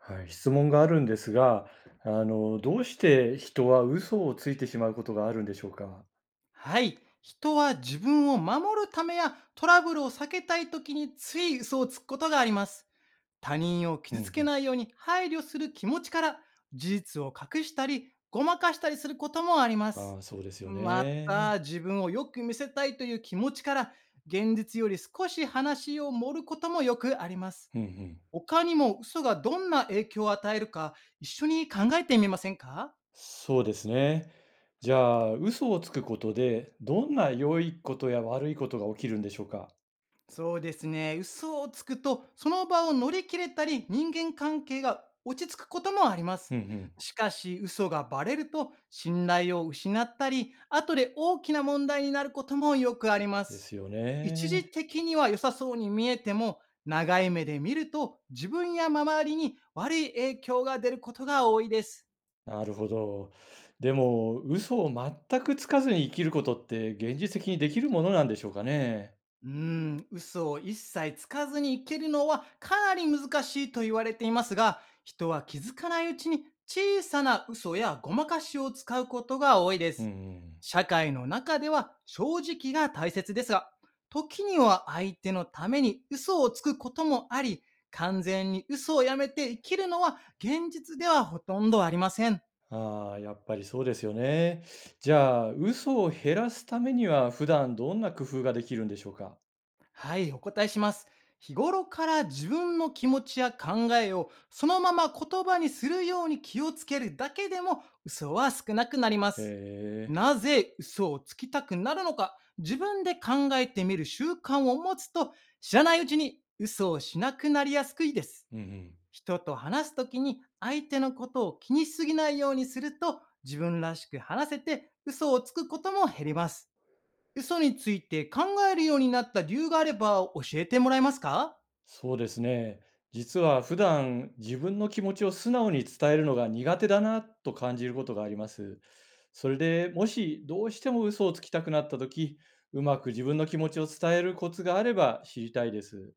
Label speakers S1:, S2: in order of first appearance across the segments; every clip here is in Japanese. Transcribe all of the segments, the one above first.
S1: はい、質問があるんですが、どうして人は嘘をついてしまうことがあるんでしょうか？
S2: はい。人は自分を守るためやトラブルを避けたい時につい嘘をつくことがあります。他人を
S1: うん
S2: 傷
S1: う
S2: つけ
S1: ん。
S2: ないように配慮する気持ちから事実を隠したりごまかしたりすることもありま
S1: あ
S2: す。
S1: あ、そうですよ
S2: ま
S1: ね。
S2: た自分をよく見せたいという気持ちから現実より少し話を盛ることもよくあります。
S1: うんうん。
S2: 他にも嘘がどんな影響を与えるか一緒に考えてみませんか？
S1: そうですね。じゃあ、嘘をつくことで、どんな良いことや悪いことが起きるんでしょうか？
S2: そうですね。嘘をつくと、その場を乗り切れたり、人間関係が落ち着くこともあります。
S1: うんうん。
S2: しかし、嘘がバレると、信頼を失ったり、後で大きな問題になることもよくありま
S1: で
S2: す。
S1: すよ
S2: 一時
S1: ね。
S2: 的には良さそうに見えても、長い目で見ると、自分や周りに悪い影響が出ることが多いです。
S1: なるほど。でも、嘘を全くつかずに生きることって、現実的にできるものなんでしょうかね？
S2: うーん、嘘を一切つかずにいけるのはかなり難しいと言われていますが、人は気づかないうちに小さな嘘やごまかしを使うことが多いで
S1: うんう
S2: す。
S1: ん。
S2: 社会の中では正直が大切ですが、時には相手のために嘘をつくこともあり、完全に嘘をやめて生きるのは現実ではほとんどありません。
S1: ああ、やっぱりそうですよね。じゃあ、嘘を減らすためには、普段どんな工夫ができるんでしょうか？
S2: はい、お答えします。日頃から自分の気持ちや考えをそのまま言葉にするように気をつけるだけでも嘘は少なくなりま
S1: へ
S2: す。
S1: え、
S2: なぜ嘘をつきたくなるのか自分で考えてみる習慣を持つと、知らないうちに嘘をしなくなりやすくいです。
S1: うんうん。
S2: 人と話すときに相手のことを気にしすぎないようにすると、自分らしく話せて嘘をつくことも減ります。嘘について考えるようになった理由があれば教えてもらえますか？
S1: そうですね。実は普段、自分の気持ちを素直に伝えるのが苦手だなと感じることがあります。それで、もしどうしても嘘をつきたくなった時、うまく自分の気持ちを伝えるコツがあれば知りたいです。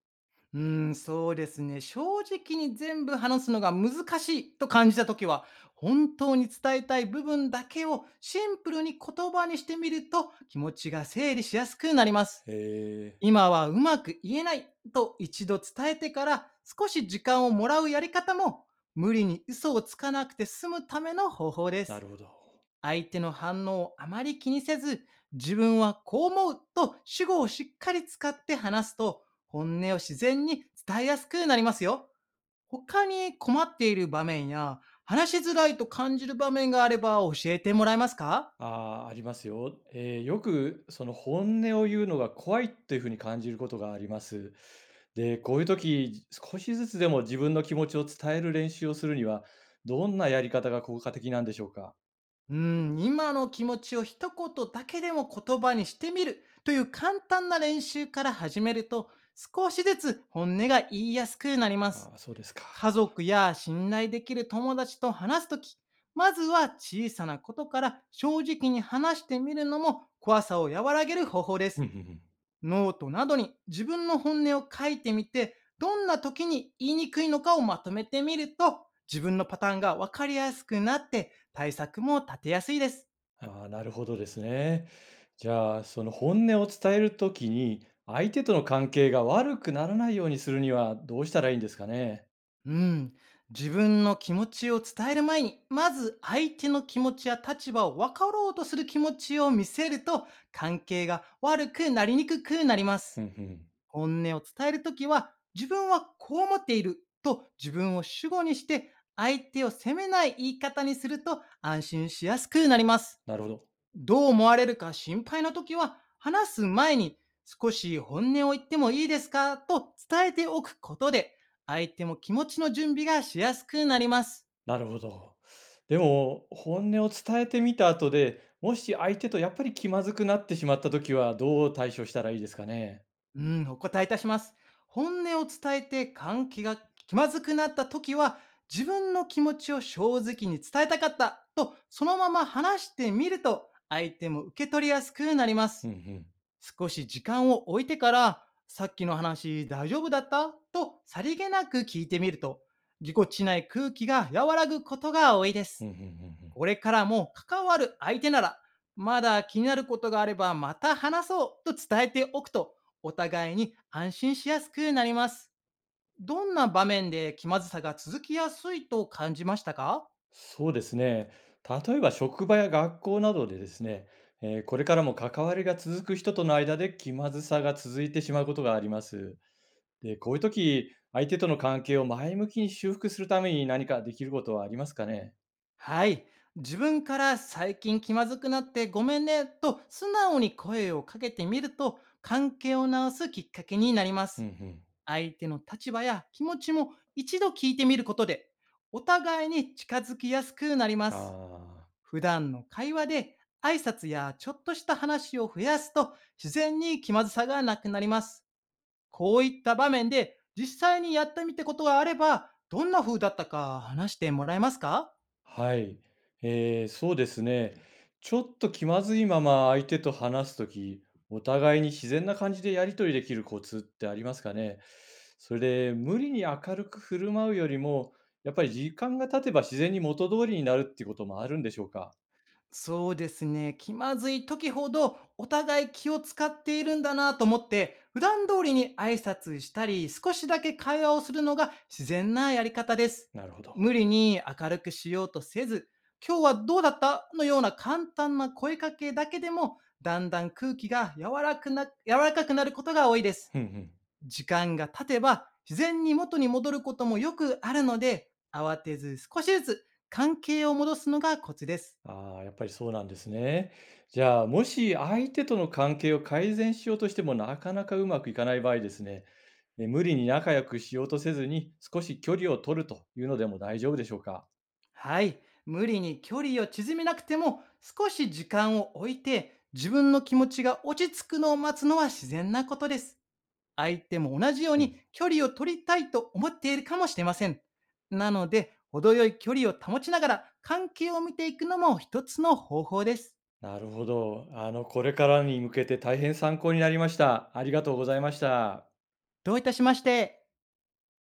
S2: うーん、そうですね。正直に全部話すのが難しいと感じたときは、本当に伝えたい部分だけをシンプルに言葉にしてみると気持ちが整理しやすくなります。
S1: へえ、
S2: 今はうまく言えないと一度伝えてから少し時間をもらうやり方も、無理に嘘をつかなくて済むための方法で
S1: な
S2: す。
S1: るほど。
S2: 相手の反応をあまり気にせず、自分はこう思うと主語をしっかり使って話すと、本音を自然に伝えやすくなりますよ。他に困っている場面や、話しづらいと感じる場面があれば教えてもらえますか？
S1: ああ、ありますよ。よくその本音を言うのが怖いっていうふうに感じることがあります。で、こういう時、少しずつでも自分の気持ちを伝える練習をするには、どんなやり方が効果的なんでしょうか。
S2: うん、今の気持ちを一言だけでも言葉にしてみるという簡単な練習から始めると、少しずつ本音が言いやすくなります。
S1: ああ、そうですか。
S2: 家族や信頼できる友達と話すとき、まずは小さなことから正直に話してみるのも怖さを和らげる方法で
S1: うん
S2: す。
S1: うんうん。
S2: ノートなどに自分の本音を書いてみて、どんな時に言いにくいのかをまとめてみると、自分のパターンがわかりやすくなって対策も立てやすいです。
S1: ああ、なるほどですね。じゃあ、その本音を伝えるときに、相手との関係が悪くならないようにするにはどうしたらいいんですかね。
S2: うん。自分の気持ちを伝える前に、まず相手の気持ちや立場を分かろうとする気持ちを見せると、関係が悪くなりにくくなりま
S1: う
S2: す。
S1: んうん。
S2: 本音を伝えるときは、自分はこう思っていると自分を主語にして、相手を責めない言い方にすると安心しやすくなります。
S1: なるほど。
S2: どう思われるか心配な時は、話す前に少し本音を言ってもいいですかと伝えておくことで、相手も気持ちの準備がしやすくなります。
S1: なるほど。でも、本音を伝えてみた後で、もし相手とやっぱり気まずくなってしまった時は、どう対処したらいいですかね？
S2: うん、お答えいたします。本音を伝えて関係が気まずくなった時は、自分の気持ちを正直に伝えたかったと、そのまま話してみると、相手も受け取りやすくなりま
S1: ふ
S2: す。
S1: んふん、
S2: 少し時間を置いてから、さっきの話大丈夫だったとさりげなく聞いてみると、ぎこちない空気が和らぐことが多いで
S1: うん
S2: す。
S1: うんうんうんうん。ん。
S2: これからも関わる相手なら、まだ気になることがあればまた話そうと伝えておくと、お互いに安心しやすくなります。どんな場面で気まずさが続きやすいと感じましたか？
S1: そうですね。例えば職場や学校などでですね、これからも関わりが続く人との間で気まずさが続いてしまうことがあります。で、こういう時、相手との関係を前向きに修復するために何かできることはありますかね？
S2: はい。自分から最近気まずくなってごめんねと素直に声をかけてみると、関係を直すきっかけになりま
S1: うん
S2: す。
S1: うん。
S2: 相手の立場や気持ちも一度聞いてみることで、お互いに近づきやすくなりま
S1: あ
S2: す。
S1: あ。
S2: 普段の会話で挨拶やちょっとした話を増やすと、自然に気まずさがなくなります。こういった場面で実際にやってみたことがあればどんな風だったか話してもらえますか？
S1: はい。そうですね。ちょっと気まずいまま相手と話すとき、お互いに自然な感じでやり取りできるコツってありますかね。それで、無理に明るく振る舞うよりも、やっぱり時間が経てば自然に元通りになるっていうこともあるんでしょうか。
S2: そうですね。気まずい時ほどお互い気を使っているんだなと思って、普段通りに挨拶したり、少しだけ会話をするのが自然なやり方です。
S1: なるほど。
S2: 無理に明るくしようとせず、今日はどうだったのような簡単な声かけだけでも、だんだん空気が柔らかくなることが多いです。
S1: うんうん。
S2: 時間が経てば自然に元に戻ることもよくあるので、慌てず少しずつ関係を戻すのがコツです。
S1: ああ、やっぱりそうなんですね。じゃあ、もし相手との関係を改善しようとしてもなかなかうまくいかない場合ですね、無理に仲良くしようとせずに少し距離を取るというのでも大丈夫でしょうか。
S2: はい。無理に距離を縮めなくても、少し時間を置いて、自分の気持ちが落ち着くのを待つのは自然なことです。相手も同じよう
S1: うん。
S2: に距離を取りたいと思っているかもしれません。なので、程よい距離を保ちながら関係を見ていくのも一つの方法です。
S1: なるほど。あの、これからに向けて大変参考になりました。ありがとうございました。
S2: どういたしまして。